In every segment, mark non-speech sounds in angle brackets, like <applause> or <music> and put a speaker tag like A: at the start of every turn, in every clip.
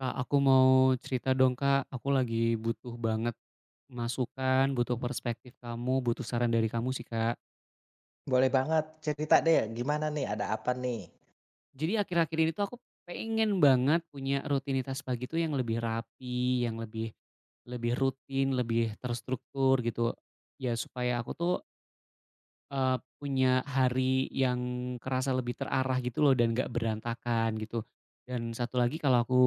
A: Kak, aku mau cerita dong, Kak. Aku lagi butuh banget masukan, butuh perspektif kamu, butuh saran dari kamu sih, Kak.
B: Boleh banget, cerita deh gimana nih, ada apa nih?
A: Jadi akhir-akhir ini tuh aku pengen banget punya rutinitas pagi tuh yang lebih rapi, yang lebih lebih rutin, lebih terstruktur gitu. Ya supaya aku tuh eh, punya hari yang kerasa lebih terarah gitu loh dan gak berantakan gitu. Dan satu lagi kalau aku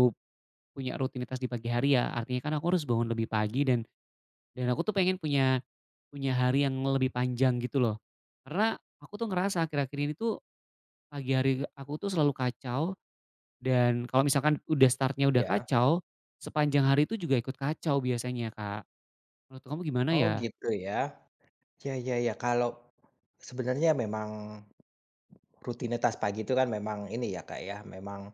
A: punya rutinitas di pagi hari ya artinya kan aku harus bangun lebih pagi dan aku tuh pengen punya Punya hari yang lebih panjang gitu loh. Karena aku tuh ngerasa akhir-akhir ini tuh pagi hari aku tuh selalu kacau dan kalau misalkan udah startnya udah
B: Ya.
A: kacau, sepanjang hari itu juga ikut kacau biasanya, Kak. Menurut kamu gimana
B: Oh
A: ya?
B: gitu ya. Ya ya ya, kalau sebenarnya memang rutinitas pagi itu kan memang ini ya Kak ya, memang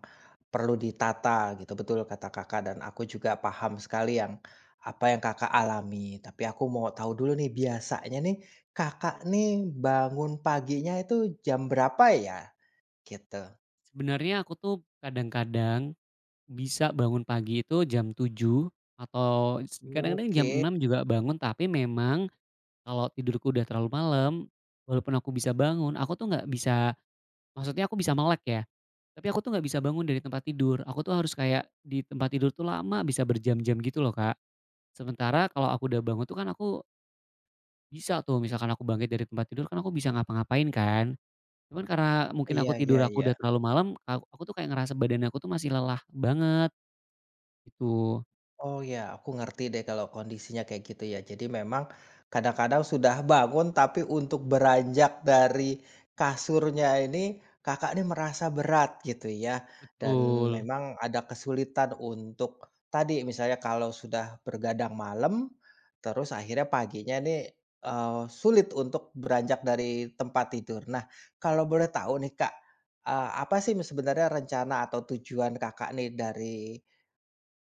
B: perlu ditata gitu, betul kata Kakak dan aku juga paham sekali yang apa yang Kakak alami. Tapi aku mau tahu dulu nih biasanya nih, Kakak nih bangun paginya itu jam berapa ya? Gitu.
A: Sebenarnya aku tuh kadang-kadang bisa bangun pagi itu jam 7 atau kadang-kadang jam
B: Oke.
A: 6 juga bangun, tapi memang kalau tidurku udah terlalu malam, walaupun aku bisa bangun, aku tuh nggak bisa. Maksudnya aku bisa melek ya, tapi aku tuh nggak bisa bangun dari tempat tidur. Aku tuh harus kayak di tempat tidur tuh lama, bisa berjam-jam gitu loh, Kak. Sementara kalau aku udah bangun tuh kan aku bisa tuh, misalkan aku bangkit dari tempat tidur kan aku bisa ngapa-ngapain kan. Cuman karena mungkin
B: Iya
A: aku tidur
B: iya
A: aku
B: iya.
A: udah terlalu malam, aku tuh kayak ngerasa badan aku tuh masih lelah banget gitu.
B: Oh ya, aku ngerti deh kalau kondisinya kayak gitu ya. Jadi memang kadang-kadang sudah bangun tapi untuk beranjak dari kasurnya ini Kakak ini merasa berat gitu ya. Dan
A: Betul.
B: memang ada kesulitan untuk tadi misalnya kalau sudah bergadang malam terus akhirnya paginya ini sulit untuk beranjak dari tempat tidur. Nah, kalau boleh tahu nih Kak, apa sih sebenarnya rencana atau tujuan Kakak nih dari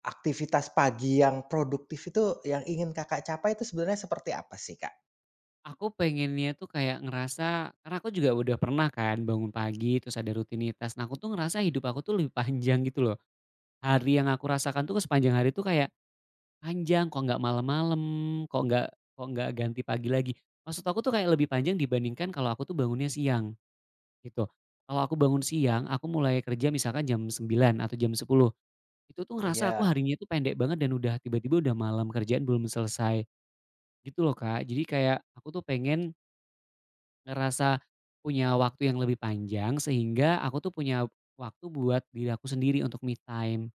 B: aktivitas pagi yang produktif itu yang ingin Kakak capai itu sebenarnya seperti apa sih, Kak?
A: Aku pengennya tuh kayak ngerasa karena aku juga udah pernah kan bangun pagi, terus ada rutinitas. Nah, aku tuh ngerasa hidup aku tuh lebih panjang gitu loh. Hari yang aku rasakan tuh sepanjang hari tuh kayak panjang, kok nggak malam-malam, kok nggak kok nggak ganti pagi lagi. Maksud aku tuh kayak lebih panjang dibandingkan kalau aku tuh bangunnya siang, gitu. Kalau aku bangun siang, aku mulai kerja misalkan jam 9 atau jam 10. Itu tuh ngerasa aku
B: Iya.
A: harinya tuh pendek banget dan udah tiba-tiba udah malam, kerjaan belum selesai, gitu loh, Kak. Jadi kayak aku tuh pengen ngerasa punya waktu yang lebih panjang sehingga aku tuh punya waktu buat diri aku sendiri untuk me time.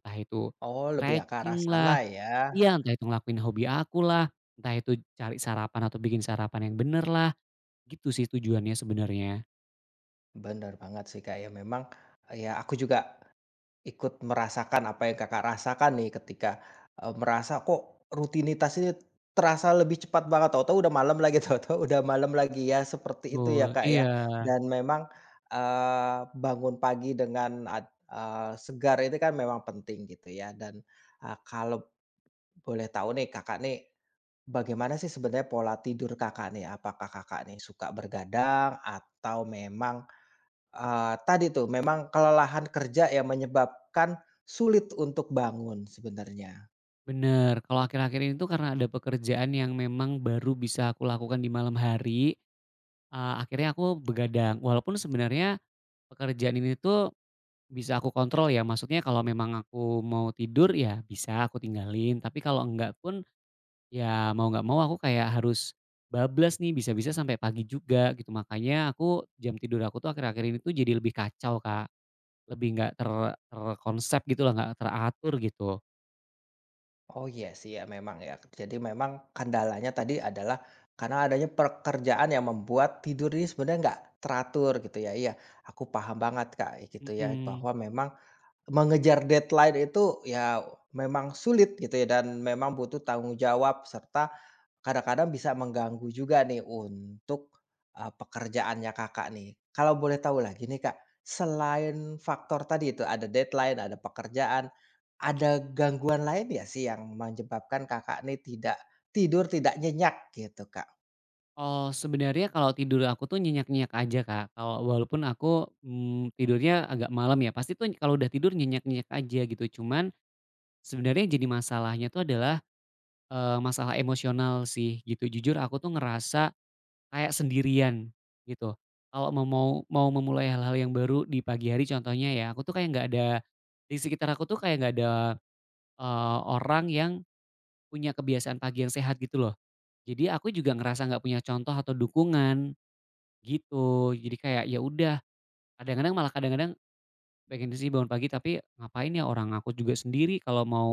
A: Entah itu
B: Oh, lebih ya ke arah sana
A: stretching-lah,
B: ya.
A: iya, entah itu ngelakuin hobi aku lah, entah itu cari sarapan atau bikin sarapan yang bener lah, gitu sih tujuannya sebenarnya.
B: Bener banget sih, Kak, ya memang, ya aku juga ikut merasakan apa yang Kakak rasakan nih ketika, merasa kok rutinitas ini terasa lebih cepat banget, tahu-tahu udah malam lagi, <laughs> tahu-tahu udah malam lagi ya, seperti itu
A: Betul,
B: ya, Kak, ya.
A: iya,
B: Dan memang, bangun pagi dengan segar itu kan memang penting gitu ya dan, kalau boleh tahu nih Kakak nih, bagaimana sih sebenarnya pola tidur Kakak nih? Apakah Kakak nih suka bergadang atau memang, tadi tuh memang kelelahan kerja yang menyebabkan sulit untuk bangun sebenarnya?
A: bener. Kalau akhir-akhir ini tuh karena ada pekerjaan yang memang baru bisa aku lakukan di malam hari, akhirnya aku begadang. Walaupun sebenarnya pekerjaan ini tuh bisa aku kontrol ya, maksudnya kalau memang aku mau tidur ya bisa aku tinggalin, tapi kalau enggak pun ya mau nggak mau aku kayak harus bablas nih, bisa-bisa sampai pagi juga gitu. Makanya aku jam tidur aku tuh akhir-akhir ini tuh jadi lebih kacau, Kak. Lebih nggak terkonsep gitu loh, nggak teratur gitu.
B: Oh iya sih ya memang ya. Jadi memang kendalanya tadi adalah karena adanya pekerjaan yang membuat tidur ini sebenarnya nggak teratur gitu ya. Iya, aku paham banget Kak, gitu ya
A: Mhm.
B: bahwa memang mengejar deadline itu ya memang sulit gitu ya dan memang butuh tanggung jawab serta kadang-kadang bisa mengganggu juga nih untuk, pekerjaannya Kakak nih. Kalau boleh tahu lagi nih Kak, selain faktor tadi itu ada deadline, ada pekerjaan, ada gangguan lain ya sih yang menyebabkan Kakak nih tidak tidur, tidak nyenyak gitu, Kak?
A: Oh, sebenarnya kalau tidur aku tuh nyenyak-nyenyak aja, Kak. Kalau walaupun aku, tidurnya agak malam ya, pasti tuh kalau udah tidur nyenyak-nyenyak aja gitu. Cuman sebenarnya jadi masalahnya tuh adalah, masalah emosional sih gitu. Jujur aku tuh ngerasa kayak sendirian gitu. Kalau mau mau mau memulai hal-hal yang baru di pagi hari contohnya ya, aku tuh kayak nggak ada di sekitar aku tuh kayak nggak ada, orang yang punya kebiasaan pagi yang sehat gitu loh. Jadi aku juga ngerasa nggak punya contoh atau dukungan gitu. Jadi kayak ya udah, kadang-kadang malah kadang-kadang pengen sih bangun pagi tapi ngapain ya orang aku juga sendiri kalau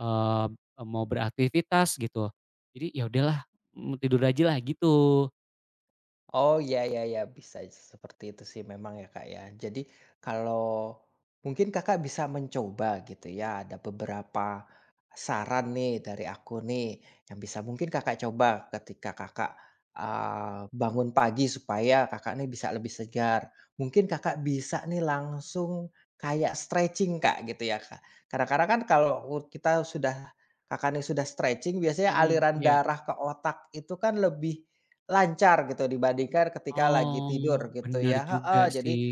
A: eee, mau beraktivitas gitu. Jadi ya udahlah, tidur aja lah gitu.
B: Oh, ya ya ya, bisa seperti itu sih memang ya, Kak, ya. Jadi kalau mungkin Kakak bisa mencoba gitu ya, ada beberapa saran nih dari aku nih yang bisa mungkin Kakak coba ketika Kakak, bangun pagi supaya Kakak nih bisa lebih segar. Mungkin Kakak bisa nih langsung kayak stretching, Kak, gitu ya, Kak. Kadang-kadang kan kalau kita sudah Kakak nih sudah stretching biasanya
A: Mhm,
B: aliran
A: iya.
B: darah ke otak itu kan lebih lancar gitu dibandingkan ketika lagi tidur
A: Oh,
B: gitu
A: bener
B: ya
A: juga
B: heeh, jadi
A: sih.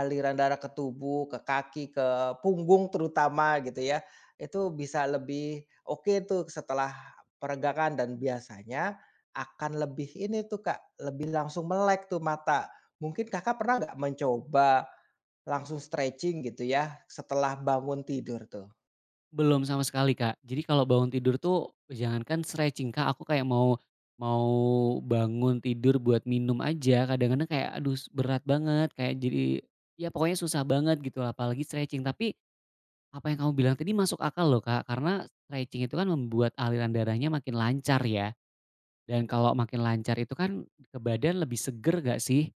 B: aliran darah ke tubuh, ke kaki, ke punggung terutama gitu ya, itu bisa lebih oke tuh setelah peregangan dan biasanya akan lebih ini tuh Kak, lebih langsung melek tuh mata. Mungkin Kakak pernah nggak mencoba langsung stretching gitu ya setelah bangun tidur tuh?
A: Belum sama sekali, Kak. Jadi kalau bangun tidur tuh jangankan stretching, Kak, aku kayak mau mau bangun tidur buat minum aja kadang-kadang kayak aduh berat banget, kayak jadi ya pokoknya susah banget gitu lah, apalagi stretching. Tapi apa yang kamu bilang tadi masuk akal loh, Kak, karena stretching itu kan membuat aliran darahnya makin lancar ya, dan kalau makin lancar itu kan ke badan lebih seger gak sih?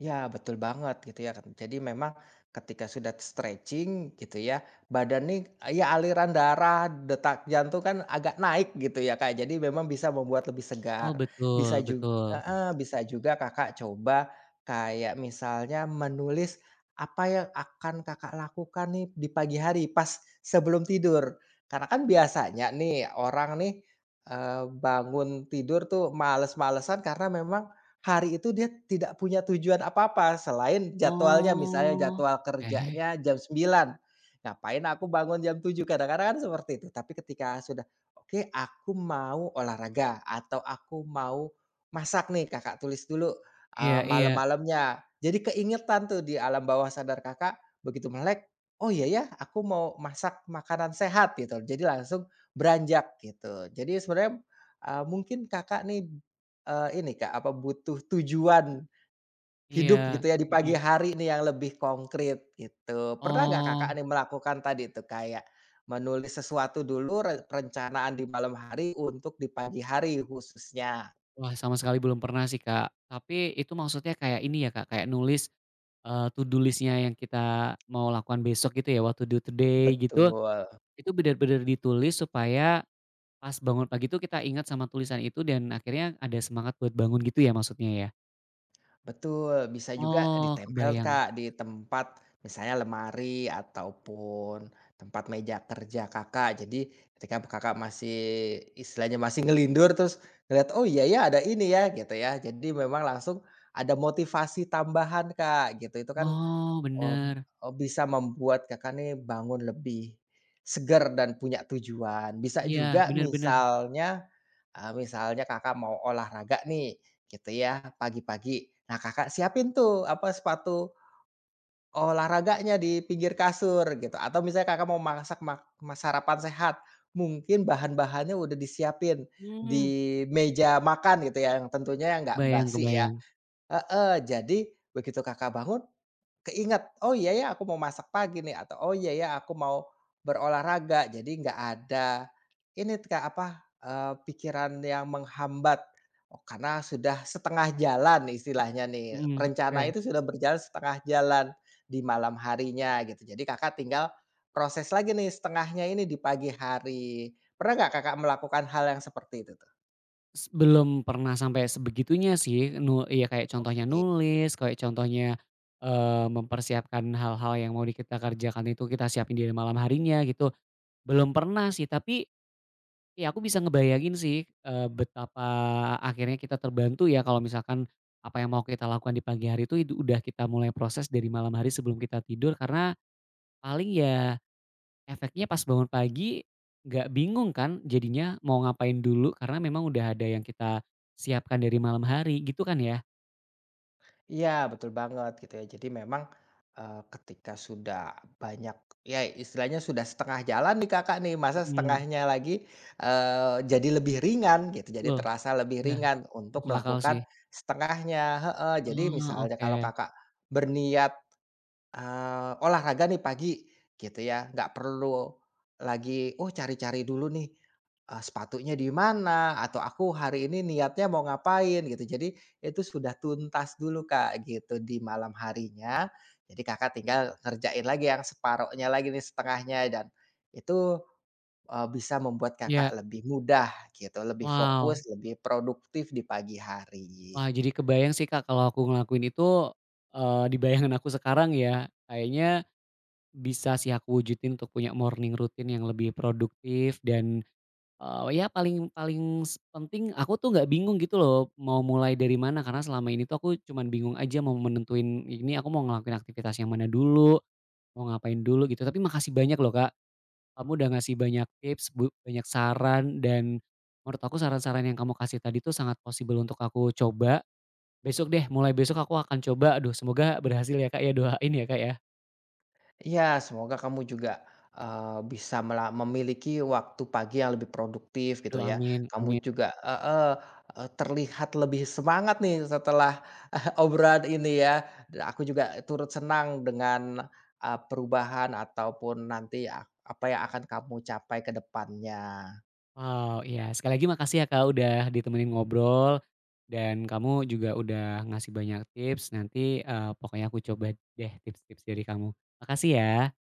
B: Ya betul banget gitu ya kan. Jadi memang ketika sudah stretching gitu ya, badan nih ya aliran darah, detak jantung kan agak naik gitu ya Kak. Jadi memang bisa membuat lebih
A: Oh,
B: segar. Bisa
A: betul,
B: juga
A: betul.
B: bisa juga Kakak coba kayak misalnya menulis apa yang akan Kakak lakukan nih di pagi hari pas sebelum tidur. Karena kan biasanya nih orang nih, bangun tidur tuh males-malesan karena memang hari itu dia tidak punya tujuan apa-apa selain jadwalnya, misalnya
A: Oh,
B: jadwal
A: oke.
B: kerjanya jam sembilan, ngapain aku bangun jam tujuh, kadang-kadang kan seperti itu. Tapi ketika sudah, "Oke, aku mau olahraga atau aku mau masak nih," Kakak tulis dulu,
A: Iya, iya.
B: malam-malamnya. Jadi keingetan tuh di alam bawah sadar Kakak, begitu melek, "Oh iya ya, aku mau masak makanan sehat," gitu. Jadi langsung beranjak gitu. Jadi sebenarnya, mungkin Kakak nih ini Kak, apa butuh tujuan hidup
A: Iya,
B: gitu ya di pagi
A: mhm.
B: hari nih yang lebih konkret gitu. Pernah nggak Kakak
A: Oh,
B: nih melakukan tadi tuh kayak menulis sesuatu dulu perencanaan di malam hari untuk di pagi hari khususnya?
A: wah, sama sekali belum pernah sih, Kak. Tapi itu maksudnya kayak ini ya, Kak, kayak nulis, to do list-nya yang kita mau lakukan besok gitu ya, what to do today
B: Betul.
A: gitu, itu bener-bener ditulis supaya pas bangun pagi itu kita ingat sama tulisan itu dan akhirnya ada semangat buat bangun gitu ya maksudnya ya?
B: Betul, bisa juga
A: Oh,
B: ditempel,
A: kebayang.
B: Kak, di tempat misalnya lemari ataupun tempat meja kerja Kakak. Jadi ketika Kakak masih istilahnya masih ngelindur terus ngeliat "Oh iya ya ada ini ya," gitu ya. Jadi memang langsung ada motivasi tambahan, Kak, gitu. Itu kan,
A: Oh,
B: mmm,
A: bener.
B: bisa membuat Kakak nih bangun lebih segar dan punya tujuan. Bisa
A: Iya,
B: juga
A: bener, bener.
B: misalnya misalnya Kakak mau olahraga nih, gitu ya, pagi-pagi. Nah, Kakak siapin tuh, apa, sepatu olahraganya di pinggir kasur, gitu. Atau misalnya Kakak mau masak mak ma sarapan sehat, mungkin bahan-bahannya udah disiapin
A: Mmm,
B: di meja makan gitu ya, yang tentunya yang nggak
A: kebayang,
B: basi ya
A: kebayang.
B: heeh, jadi begitu Kakak bangun, keinget "Oh iya ya aku mau masak pagi nih," atau "Oh iya ya aku mau berolahraga." Jadi nggak ada ini kayak apa, pikiran yang menghambat, oh karena sudah setengah jalan istilahnya nih,
A: Mhm,
B: rencana
A: oke.
B: itu sudah berjalan setengah jalan di malam harinya gitu. Jadi Kakak tinggal proses lagi nih setengahnya ini di pagi hari. Pernah nggak Kakak melakukan hal yang seperti itu tuh?
A: Belum pernah sampai sebegitunya sih, iya kayak contohnya
B: Oke.
A: nulis, kayak contohnya, mempersiapkan hal-hal yang mau di kita kerjakan itu kita siapin di malam harinya gitu, belum pernah sih. Tapi ya aku bisa ngebayangin sih, betapa akhirnya kita terbantu ya kalau misalkan apa yang mau kita lakukan di pagi hari itu udah kita mulai proses dari malam hari sebelum kita tidur karena paling ya efeknya pas bangun pagi, nggak bingung kan jadinya mau ngapain dulu karena memang udah ada yang kita siapkan dari malam hari gitu kan ya?
B: Iya, betul banget gitu ya. Jadi memang, ketika sudah banyak ya istilahnya sudah setengah jalan nih Kakak nih, masa
A: Mhm,
B: setengahnya lagi, jadi lebih ringan gitu, jadi
A: betul,
B: terasa lebih
A: iya,
B: ringan untuk
A: masuk akal
B: melakukan
A: sih.
B: setengahnya heeh. Jadi
A: Oh,
B: misalnya kalau
A: oke.
B: Kakak berniat olahraga nih pagi gitu ya, nggak perlu lagi, oh cari-cari dulu nih, sepatunya di mana atau aku hari ini niatnya mau ngapain gitu. Jadi itu sudah tuntas dulu Kak gitu di malam harinya. Jadi Kakak tinggal ngerjain lagi yang separohnya lagi nih, setengahnya dan itu, bisa membuat Kakak
A: Iya,
B: lebih mudah gitu, lebih
A: wow.
B: fokus, lebih produktif di pagi hari.
A: Wah, jadi kebayang sih Kak kalau aku ngelakuin itu, di bayangan aku sekarang ya, kayaknya bisa sih aku wujudin untuk punya morning routine yang lebih produktif dan, oh ya, paling paling penting aku tuh nggak bingung gitu loh mau mulai dari mana, karena selama ini tuh aku cuman bingung aja mau menentuin ini aku mau ngelakuin aktivitas yang mana dulu, mau ngapain dulu gitu. Tapi makasih banyak loh Kak, kamu udah ngasih banyak tips, banyak saran dan menurut aku saran-saran yang kamu kasih tadi tuh sangat possible untuk aku coba. Besok deh, mulai besok aku akan coba. Aduh semoga berhasil ya Kak ya, doain ya Kak ya.
B: Ya semoga kamu juga, bisa memiliki waktu pagi yang lebih produktif gitu
A: Aduh,
B: ya.
A: amin,
B: Kamu
A: amin.
B: juga heeh, terlihat lebih semangat nih setelah <laughs> obrolan ini ya. Dan aku juga turut senang dengan, perubahan ataupun nanti apa yang akan kamu capai ke depannya.
A: Wow, iya. Sekali lagi makasih ya Kak, udah ditemenin ngobrol, dan kamu juga udah ngasih banyak tips. Nanti, pokoknya aku coba deh tips-tips dari kamu. Makasih ya.